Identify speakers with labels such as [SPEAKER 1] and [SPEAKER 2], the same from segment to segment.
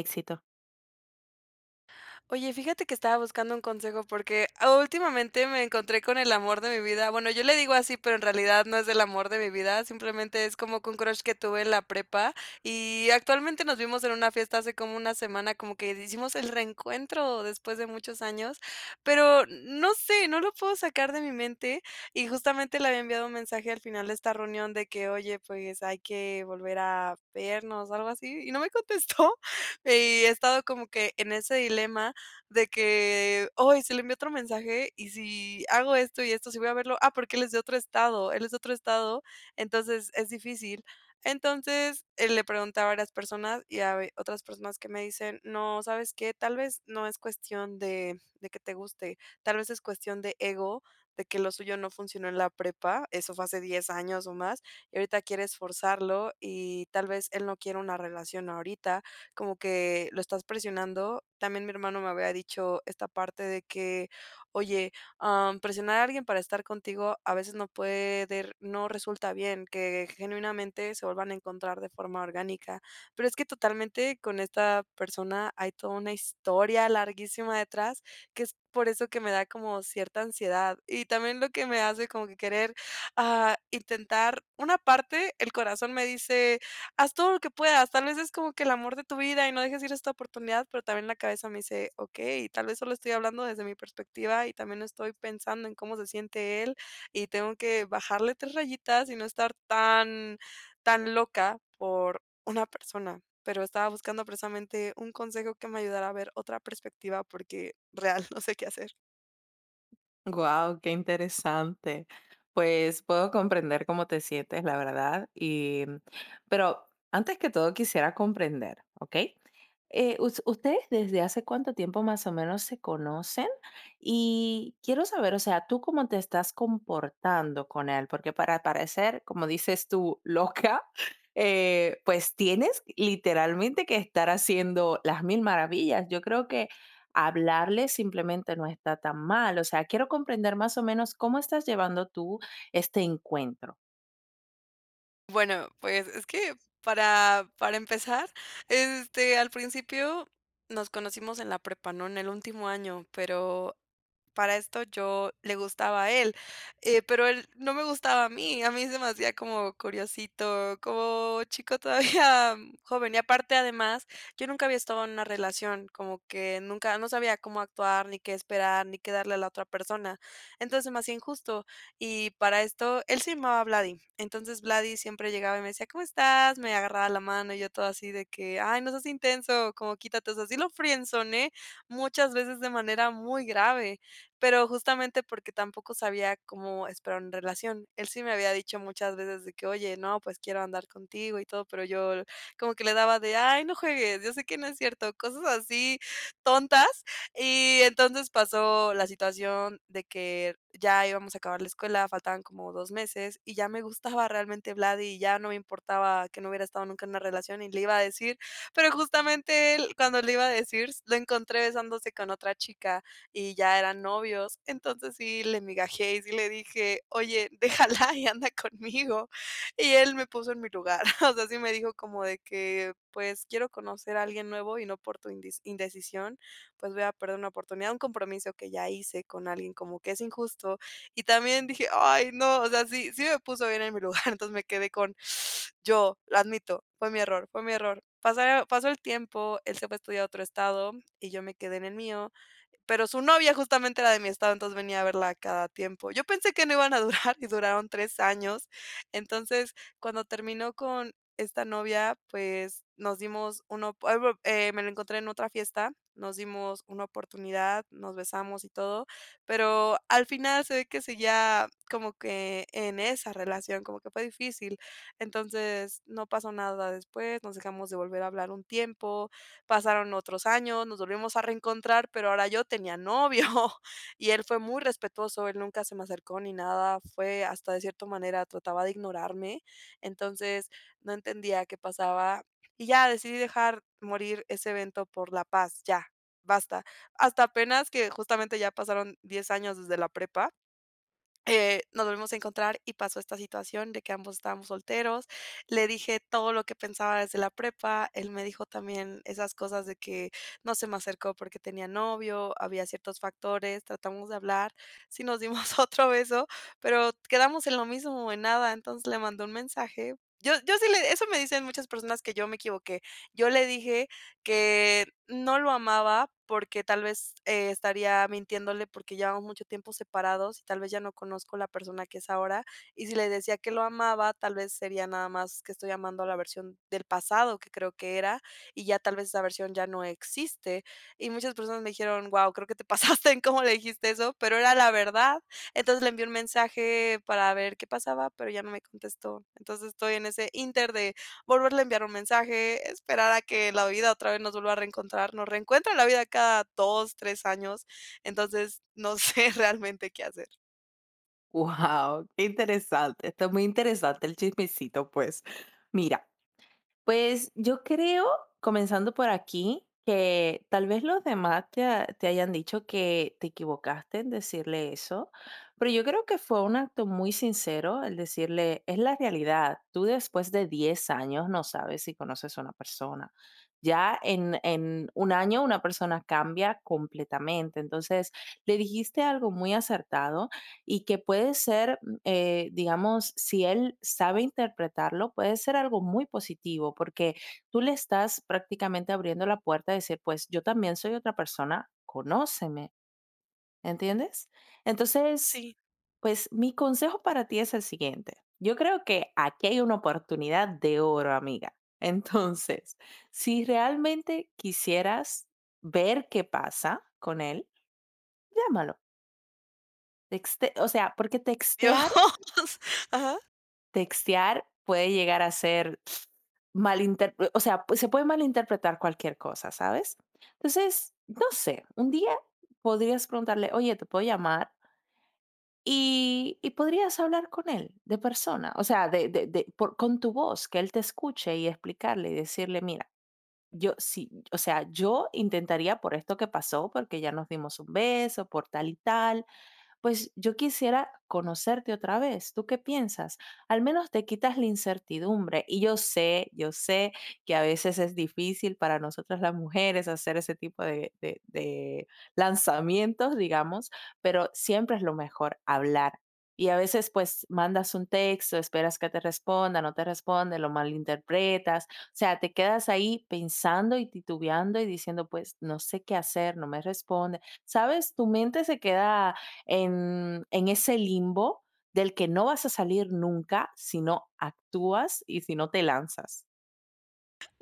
[SPEAKER 1] Éxito.
[SPEAKER 2] Oye, fíjate que estaba buscando un consejo porque últimamente me encontré con el amor de mi vida. Bueno, yo le digo así, pero en realidad no es el amor de mi vida, simplemente es como que un crush que tuve en la prepa y actualmente nos vimos en una fiesta hace como una semana, como que hicimos el reencuentro después de muchos años, pero no sé, no lo puedo sacar de mi mente y justamente le había enviado un mensaje al final de esta reunión de que, oye, pues hay que volver a vernos, algo así, y no me contestó y he estado como que en ese dilema de que, hoy se le envió otro mensaje y si hago esto y esto, si voy a verlo, porque él es de otro estado, él es de otro estado, entonces es difícil". Entonces, le pregunté a varias personas y a ve otras personas que me dicen: "No, ¿sabes qué? Tal vez no es cuestión de que te guste, tal vez es cuestión de ego, de que lo suyo no funcionó en la prepa, eso fue hace 10 años o más, y ahorita quieres forzarlo y tal vez él no quiere una relación ahorita", como que lo estás presionando. También mi hermano me había dicho esta parte de que, oye, presionar a alguien para estar contigo a veces no puede, no resulta bien, que genuinamente se vuelvan a encontrar de forma orgánica. Pero es que totalmente con esta persona hay toda una historia larguísima detrás, que es por eso que me da como cierta ansiedad. Y también lo que me hace como que querer intentar una parte, el corazón me dice haz todo lo que puedas, tal vez es como que el amor de tu vida y no dejes ir esta oportunidad, pero también la cabeza me dice, okey, tal vez solo estoy hablando desde mi perspectiva y también estoy pensando en cómo se siente él y tengo que bajarle 3 rayitas y no estar tan tan loca por una persona, pero estaba buscando precisamente un consejo que me ayudara a ver otra perspectiva porque real no sé qué hacer.
[SPEAKER 1] Guau, qué interesante. Pues puedo comprender cómo te sientes, la verdad. Pero antes que todo quisiera comprender, ¿ok? ¿Ustedes desde hace cuánto tiempo más o menos se conocen? Y quiero saber, o sea, tú cómo te estás comportando con él, porque para parecer, como dices tú, loca, pues tienes literalmente que estar haciendo las mil maravillas. Yo creo que hablarle simplemente no está tan mal. O sea, quiero comprender más o menos cómo estás llevando tú este encuentro.
[SPEAKER 2] Bueno, pues, es que para empezar, al principio nos conocimos en la prepa, ¿no? En el último año, pero para esto yo le gustaba a él, pero él no me gustaba a mí se me hacía como curiosito, como chico todavía joven. Y aparte, además, yo nunca había estado en una relación, como que nunca no sabía cómo actuar, ni qué esperar, ni qué darle a la otra persona. Entonces, se me hacía injusto. Y para esto, él se llamaba Vladi. Entonces, Vladi siempre llegaba y me decía: "¿Cómo estás?". Me agarraba la mano y yo todo así de que: "Ay, no seas intenso, como quítate". O sea, sí lo friendzoneé muchas veces de manera muy grave. Pero justamente porque tampoco sabía cómo esperar una relación. Él sí me había dicho muchas veces de que: "Oye, no, pues quiero andar contigo y todo", pero yo como que le daba de: "Ay, no juegues, yo sé que no es cierto", cosas así tontas. Y entonces pasó la situación de que ya íbamos a acabar la escuela, faltaban como 2 meses, y ya me gustaba realmente Vladi, y ya no me importaba que no hubiera estado nunca en una relación, y le iba a decir, pero justamente él, cuando le iba a decir, lo encontré besándose con otra chica y ya eran novios. Entonces sí le migajé y sí le dije: "Oye, déjala y anda conmigo". Y él me puso en mi lugar. O sea, sí me dijo como de que: "Pues quiero conocer a alguien nuevo y no por tu indis indecisión, pues voy a perder una oportunidad, un compromiso que ya hice con alguien como que es injusto". Y también dije: "Ay, no". O sea, sí me puso bien en mi lugar. Entonces me quedé con: "Yo, lo admito, fue mi error, fue mi error". Pasaron pasó el tiempo, él se fue a estudiar a otro estado y yo me quedé en el mío, pero su novia justamente era de mi estado, entonces venía a verla cada tiempo. Yo pensé que no iban a durar y duraron 3 años. Entonces, cuando terminó con esta novia, pues me lo encontré en otra fiesta, nos dimos una oportunidad, nos besamos y todo, pero al final se ve que seguía como que en esa relación, como que fue difícil. Entonces, no pasó nada después, nos dejamos de volver a hablar un tiempo. Pasaron otros años, nos volvimos a reencontrar, pero ahora yo tenía novio y él fue muy respetuoso, él nunca se me acercó ni nada, fue hasta de cierta manera trataba de ignorarme, entonces no entendía qué pasaba y ya decidí dejar morir ese evento por la paz, ya, basta. Hasta apenas que justamente ya pasaron 10 años desde la prepa, nos volvimos a encontrar y pasó esta situación de que ambos estábamos solteros. Le dije todo lo que pensaba desde la prepa. Él me dijo también esas cosas de que no se me acercó porque tenía novio, había ciertos factores, tratamos de hablar, sí nos dimos otro beso, pero quedamos en lo mismo, en nada. Entonces le mandé un mensaje. Eso me dicen muchas personas que yo me equivoqué. Yo le dije que no lo amaba porque tal vez, estaría mintiéndole porque llevamos mucho tiempo separados y tal vez ya no conozco la persona que es ahora. Y si le decía que lo amaba, tal vez sería nada más que estoy amando a la versión del pasado que creo que era, y ya tal vez esa versión ya no existe. Y muchas personas me dijeron: "Wow, creo que te pasaste en cómo le dijiste eso", pero era la verdad. Entonces le envié un mensaje para ver qué pasaba, pero ya no me contestó. Entonces estoy en ese inter de volverle a enviar un mensaje, esperar a que la vida otra vez nos vuelva a reencontrar. Nos reencuentra la vida cada 2 3 años, entonces no sé realmente qué hacer.
[SPEAKER 1] Wow, qué interesante. Está muy interesante el chismecito, pues. Mira, pues yo creo, comenzando por aquí, que tal vez los demás te hayan dicho que te equivocaste en decirle eso, pero yo creo que fue un acto muy sincero el decirle, es la realidad, tú después de 10 años no sabes si conoces a una persona. Ya en un año una persona cambia completamente, entonces le dijiste algo muy acertado y que puede ser digamos, si él sabe interpretarlo, puede ser algo muy positivo porque tú le estás prácticamente abriendo la puerta a decir, pues yo también soy otra persona, conóceme, ¿entiendes? Entonces,
[SPEAKER 2] Sí,
[SPEAKER 1] pues mi consejo para ti es el siguiente. Yo creo que aquí hay una oportunidad de oro, amiga. Entonces, si realmente quisieras ver qué pasa con él, llámalo. O sea, porque textear
[SPEAKER 2] Dios. Ajá.
[SPEAKER 1] textear puede llegar a ser malinter o sea, pues, se puede malinterpretar cualquier cosa, ¿sabes? Entonces, no sé, un día podrías preguntarle: "Oye, ¿te puedo llamar?". Y podrías hablar con él de persona, o sea, de por con tu voz, que él te escuche y explicarle y decirle: "Mira, yo sí, o sea, yo intentaría por esto que pasó, porque ya nos dimos un beso, por tal y tal, pues yo quisiera conocerte otra vez. ¿Tú qué piensas? Al menos te quitas la incertidumbre. Y yo sé que a veces es difícil para nosotras las mujeres hacer ese tipo de, de lanzamientos, digamos, pero siempre es lo mejor hablar. Y a veces pues mandas un texto, esperas que te responda, no te responde, lo malinterpretas. O sea, te quedas ahí pensando y titubeando y diciendo pues no sé qué hacer, no me responde. ¿Sabes? Tu mente se queda en ese limbo del que no vas a salir nunca si no actúas y si no te lanzas.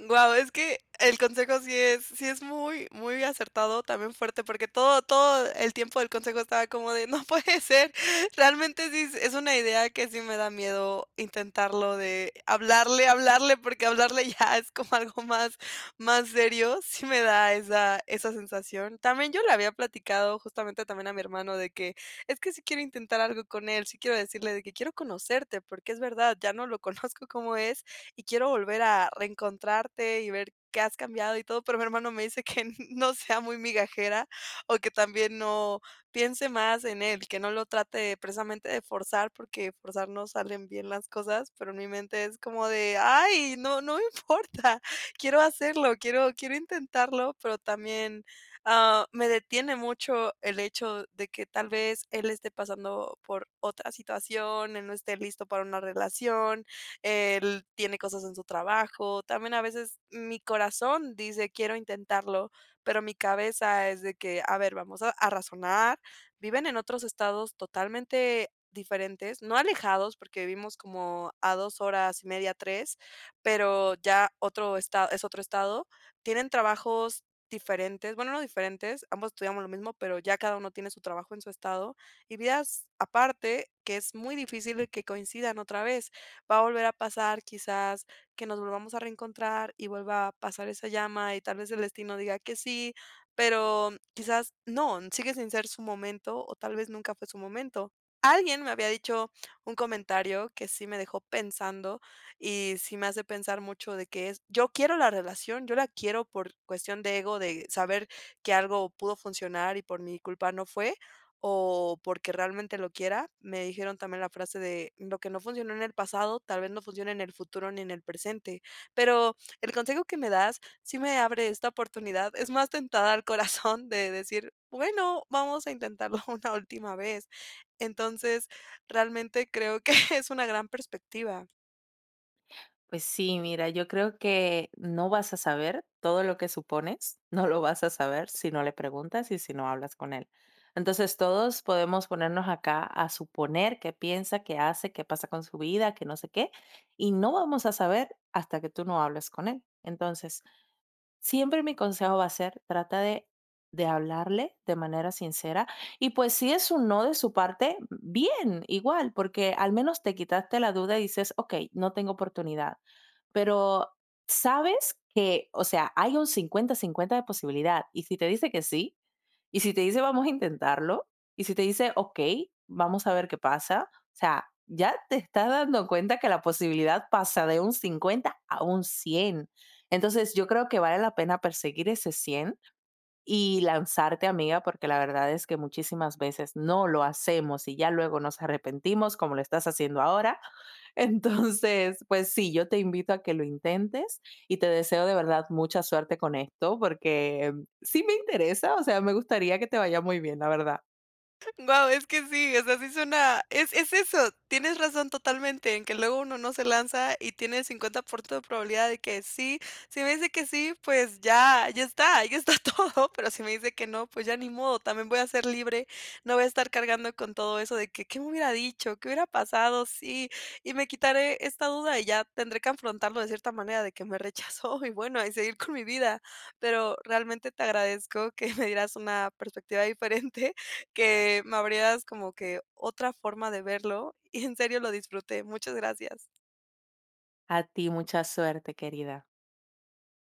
[SPEAKER 2] Guau, es que el consejo sí es muy muy acertado, también fuerte, porque todo todo el tiempo del consejo estaba como de: "No puede ser". Realmente sí es una idea que sí me da miedo intentarlo de hablarle, hablarle, porque hablarle ya es como algo más serio. Sí me da esa sensación. También yo le había platicado justamente también a mi hermano de que: "Es que sí quiero intentar algo con él, sí quiero decirle de que quiero conocerte", porque es verdad, ya no lo conozco cómo es, y quiero volver a reencontrarte y ver qué has cambiado y todo", pero mi hermano me dice que no sea muy migajera, o que también no piense más en él, que no lo trate precisamente de forzar, porque forzar no salen bien las cosas, pero en mi mente es como de: "Ay, no me importa, quiero hacerlo, quiero intentarlo", pero también, me detiene mucho el hecho de que tal vez él esté pasando por otra situación, él no esté listo para una relación, él tiene cosas en su trabajo. También a veces mi corazón dice, quiero intentarlo, pero mi cabeza es de que, a ver, vamos a razonar. Viven en otros estados totalmente diferentes, no alejados, porque vivimos como a 2 horas y media, tres, pero ya otro estado, es otro estado. Tienen trabajos diferentes, bueno, no diferentes, ambos estudiamos lo mismo, pero ya cada uno tiene su trabajo en su estado y vidas aparte que es muy difícil que coincidan otra vez, va a volver a pasar quizás que nos volvamos a reencontrar y vuelva a pasar esa llama y tal vez el destino diga que sí, pero quizás no, sigue sin ser su momento o tal vez nunca fue su momento. Alguien me había dicho un comentario que sí me dejó pensando y sí me hace pensar mucho de que es, yo quiero la relación, yo la quiero por cuestión de ego, de saber que algo pudo funcionar y por mi culpa no fue, o porque realmente lo quiera. Me dijeron también la frase de lo que no funcionó en el pasado, tal vez no funcione en el futuro ni en el presente. Pero el consejo que me das sí me abre esta oportunidad. Es más tentada al corazón de decir, bueno, vamos a intentarlo una última vez. Entonces, realmente creo que es una gran perspectiva.
[SPEAKER 1] Pues sí, mira, yo creo que no vas a saber todo lo que supones, no lo vas a saber si no le preguntas y si no hablas con él. Entonces todos podemos ponernos acá a suponer qué piensa, qué hace, qué pasa con su vida, qué no sé qué, y no vamos a saber hasta que tú no hables con él. Entonces, siempre mi consejo va a ser, trata de hablarle de manera sincera y pues si es un no de su parte, bien, igual, porque al menos te quitaste la duda y dices, ok, no tengo oportunidad, pero sabes que, o sea, hay un 50-50 de posibilidad y si te dice que sí, y si te dice: "Vamos a intentarlo", y si te dice: "Okey, vamos a ver qué pasa", o sea, ya te estás dando cuenta que la posibilidad pasa de un 50 a un 100. Entonces, yo creo que vale la pena perseguir ese 100. Y lanzarte, amiga, porque la verdad es que muchísimas veces no lo hacemos y ya luego nos arrepentimos, como lo estás haciendo ahora. Entonces, pues sí, yo te invito a que lo intentes y te deseo de verdad mucha suerte con esto, porque sí me interesa, o sea, me gustaría que te vaya muy bien, la verdad.
[SPEAKER 2] Wow, es que sí, o sea, sí suena, es eso, tienes razón totalmente en que luego uno no se lanza y tiene 50% de probabilidad de que sí. Si me dice que sí, pues ya ya está todo, pero si me dice que no, pues ya ni modo, también voy a ser libre, no voy a estar cargando con todo eso de que, ¿qué me hubiera dicho? ¿Qué hubiera pasado? Sí, y me quitaré esta duda y ya tendré que afrontarlo de cierta manera de que me rechazó y bueno, y seguir con mi vida. Pero realmente te agradezco que me dieras una perspectiva diferente, que me abrías como que otra forma de verlo y en serio lo disfruté. Muchas gracias.
[SPEAKER 1] A ti mucha suerte, querida.